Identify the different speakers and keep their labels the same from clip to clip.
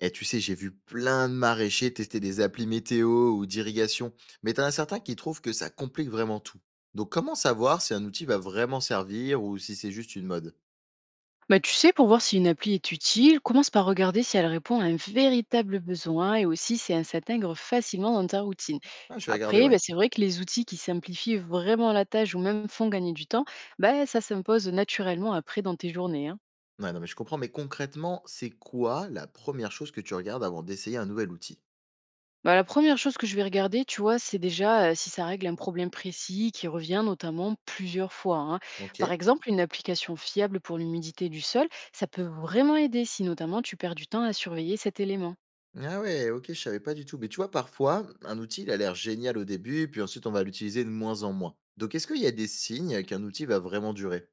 Speaker 1: Et tu sais, j'ai vu plein de maraîchers tester des applis météo ou d'irrigation, mais t'en as certains qui trouvent que ça complique vraiment tout. Donc comment savoir si un outil va vraiment servir ou si c'est juste une mode?
Speaker 2: Bah, tu sais, pour voir si une appli est utile, commence par regarder si elle répond à un véritable besoin et aussi si elle s'intègre facilement dans ta routine.
Speaker 1: Ah, je vais regarder,
Speaker 2: Après,
Speaker 1: ouais.
Speaker 2: bah, c'est vrai que les outils qui simplifient vraiment la tâche ou même font gagner du temps, bah, ça s'impose naturellement après dans tes journées, hein.
Speaker 1: Ouais, non, mais je comprends, mais concrètement, c'est quoi la première chose que tu regardes avant d'essayer un nouvel outil?
Speaker 2: Bah, la première chose que je vais regarder, tu vois, c'est déjà si ça règle un problème précis qui revient notamment plusieurs fois, hein.
Speaker 1: Ok.
Speaker 2: Par exemple, une application fiable pour l'humidité du sol, ça peut vraiment aider si notamment tu perds du temps à surveiller cet élément.
Speaker 1: Ah ouais, ok, je savais pas du tout. Mais tu vois, parfois, un outil, il a l'air génial au début, puis ensuite, on va l'utiliser de moins en moins. Donc, est-ce qu'il y a des signes qu'un outil va vraiment durer?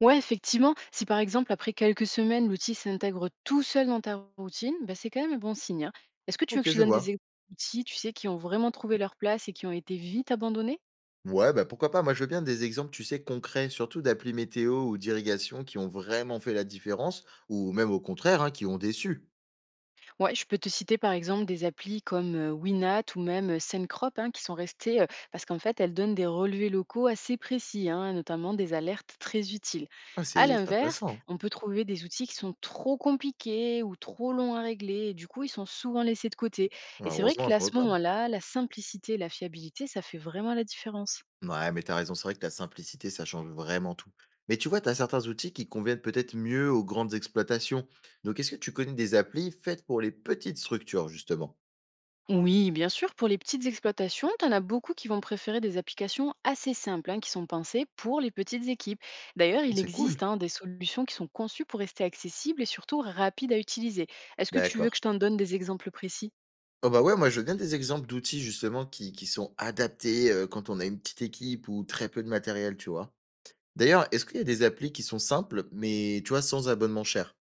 Speaker 2: Ouais, effectivement, si par exemple, après quelques semaines, l'outil s'intègre tout seul dans ta routine, bah, c'est quand même un bon signe, hein. Est-ce que tu veux que
Speaker 1: Ok,
Speaker 2: je te
Speaker 1: je
Speaker 2: donne des
Speaker 1: vois.
Speaker 2: outils, tu sais, qui ont vraiment trouvé leur place et qui ont été vite abandonnés?
Speaker 1: Ouais, bah, pourquoi pas? Moi, je veux bien des exemples, tu sais, concrets, surtout d'applis météo ou d'irrigation qui ont vraiment fait la différence ou même au contraire, hein, qui ont déçu.
Speaker 2: Ouais, je peux te citer par exemple des applis comme Winat ou même Sendcrop, hein, qui sont restées parce qu'en fait elles donnent des relevés locaux assez précis, hein, notamment des alertes très utiles.
Speaker 1: Ah, c'est
Speaker 2: À
Speaker 1: c'est
Speaker 2: l'inverse,
Speaker 1: intéressant, hein.
Speaker 2: on peut trouver des outils qui sont trop compliqués ou trop longs à régler et du coup ils sont souvent laissés de côté.
Speaker 1: Ouais,
Speaker 2: Et c'est vrai
Speaker 1: heureusement,
Speaker 2: que
Speaker 1: je
Speaker 2: là, à
Speaker 1: vois
Speaker 2: ce
Speaker 1: pas.
Speaker 2: moment-là, la simplicité et la fiabilité, ça fait vraiment la différence.
Speaker 1: Ouais, mais t'as raison, c'est vrai que la simplicité, ça change vraiment tout. Mais tu vois, t'as certains outils qui conviennent peut-être mieux aux grandes exploitations. Donc, est-ce que tu connais des applis faites pour les petites structures, justement?
Speaker 2: Oui, bien sûr, pour les petites exploitations, tu en as beaucoup qui vont préférer des applications assez simples, hein, qui sont pensées pour les petites équipes. D'ailleurs, il
Speaker 1: C'est cool.
Speaker 2: existe, hein, des solutions qui sont conçues pour rester accessibles et surtout rapides à utiliser. Est-ce que tu
Speaker 1: D'accord.
Speaker 2: veux que je t'en donne des exemples précis?
Speaker 1: Oh bah ouais, moi je veux bien des exemples d'outils justement qui sont adaptés quand on a une petite équipe ou très peu de matériel, tu vois. D'ailleurs, est-ce qu'il y a des applis qui sont simples, mais tu vois, sans abonnement cher?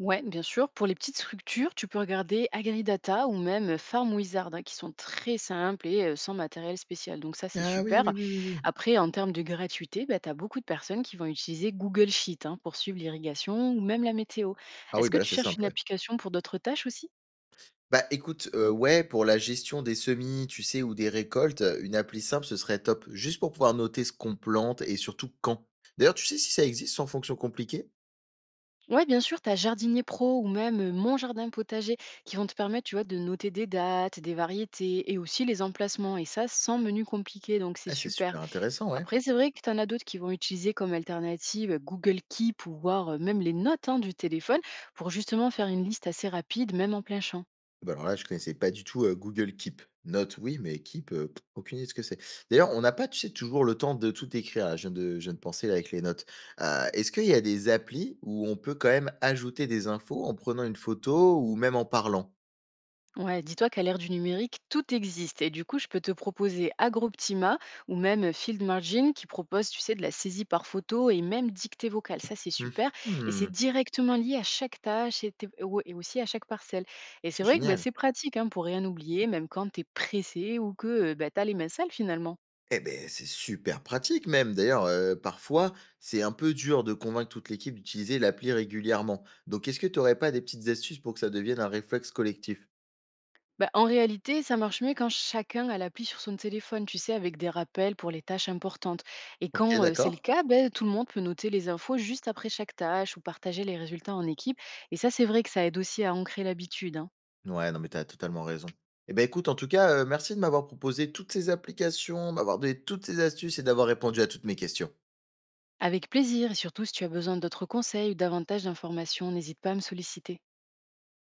Speaker 2: Ouais, bien sûr. Pour les petites structures, tu peux regarder AgriData ou même Farm Wizard, hein, qui sont très simples et sans matériel spécial. Donc ça, c'est
Speaker 1: Ah oui, oui,
Speaker 2: super.
Speaker 1: oui, oui, oui.
Speaker 2: Après, en termes de gratuité, bah, tu as beaucoup de personnes qui vont utiliser Google Sheet, hein, pour suivre l'irrigation ou même la météo.
Speaker 1: Ah oui,
Speaker 2: Est-ce
Speaker 1: bah
Speaker 2: que
Speaker 1: là,
Speaker 2: tu
Speaker 1: c'est
Speaker 2: cherches
Speaker 1: simple,
Speaker 2: une
Speaker 1: ouais.
Speaker 2: application pour d'autres tâches aussi?
Speaker 1: Bah écoute, ouais, pour la gestion des semis, tu sais, ou des récoltes, une appli simple, ce serait top, juste pour pouvoir noter ce qu'on plante et surtout quand. D'ailleurs, tu sais si ça existe sans fonction compliquée?
Speaker 2: Oui, bien sûr, tu as Jardinier Pro ou même Mon Jardin Potager qui vont te permettre, tu vois, de noter des dates, des variétés et aussi les emplacements. Et ça, sans menu compliqué, donc c'est
Speaker 1: Ah, c'est
Speaker 2: super.
Speaker 1: super intéressant, ouais.
Speaker 2: Après, c'est vrai que tu en as d'autres qui vont utiliser comme alternative Google Keep ou voir même les notes, hein, du téléphone pour justement faire une liste assez rapide, même en plein champ.
Speaker 1: Bah, alors là, je connaissais pas du tout, Google Keep. Note, oui, mais Keep, aucune idée de ce que c'est. D'ailleurs, on n'a pas, tu sais, toujours le temps de tout écrire là, je viens de penser là avec les notes. Heu, est-ce qu'il y a des applis où on peut quand même ajouter des infos en prenant une photo ou même en parlant?
Speaker 2: Ouais, dis-toi qu'à l'ère du numérique, tout existe. Et du coup, je peux te proposer Agroptima ou même Field Margin qui propose, tu sais, de la saisie par photo et même dictée vocale. Ça, c'est
Speaker 1: Mmh
Speaker 2: super. Et c'est
Speaker 1: mh,
Speaker 2: directement lié à chaque tâche et, et aussi à chaque parcelle. Et c'est
Speaker 1: c'est
Speaker 2: vrai que bah,
Speaker 1: génial.
Speaker 2: c'est pratique, hein, pour rien oublier, même quand tu es pressé ou que tu as les mains sales finalement.
Speaker 1: Eh ben, c'est super pratique même. D'ailleurs, parfois, c'est un peu dur de convaincre toute l'équipe d'utiliser l'appli régulièrement. Donc est-ce que tu n'aurais pas des petites astuces pour que ça devienne un réflexe collectif?
Speaker 2: Bah, en réalité, ça marche mieux quand chacun a l'appli sur son téléphone, tu sais, avec des rappels pour les tâches importantes. Et
Speaker 1: OK,
Speaker 2: quand c'est le
Speaker 1: d'accord.
Speaker 2: cas, ben, tout le monde peut noter les infos juste après chaque tâche ou partager les résultats en équipe. Et ça, c'est vrai que ça aide aussi à ancrer l'habitude, hein.
Speaker 1: Ouais, non, mais t'as totalement raison. Eh ben, écoute, en tout cas, merci de m'avoir proposé toutes ces applications, m'avoir donné toutes ces astuces et d'avoir répondu à toutes mes questions.
Speaker 2: Avec plaisir, et surtout si tu as besoin d'autres conseils ou davantage d'informations, n'hésite pas à me solliciter.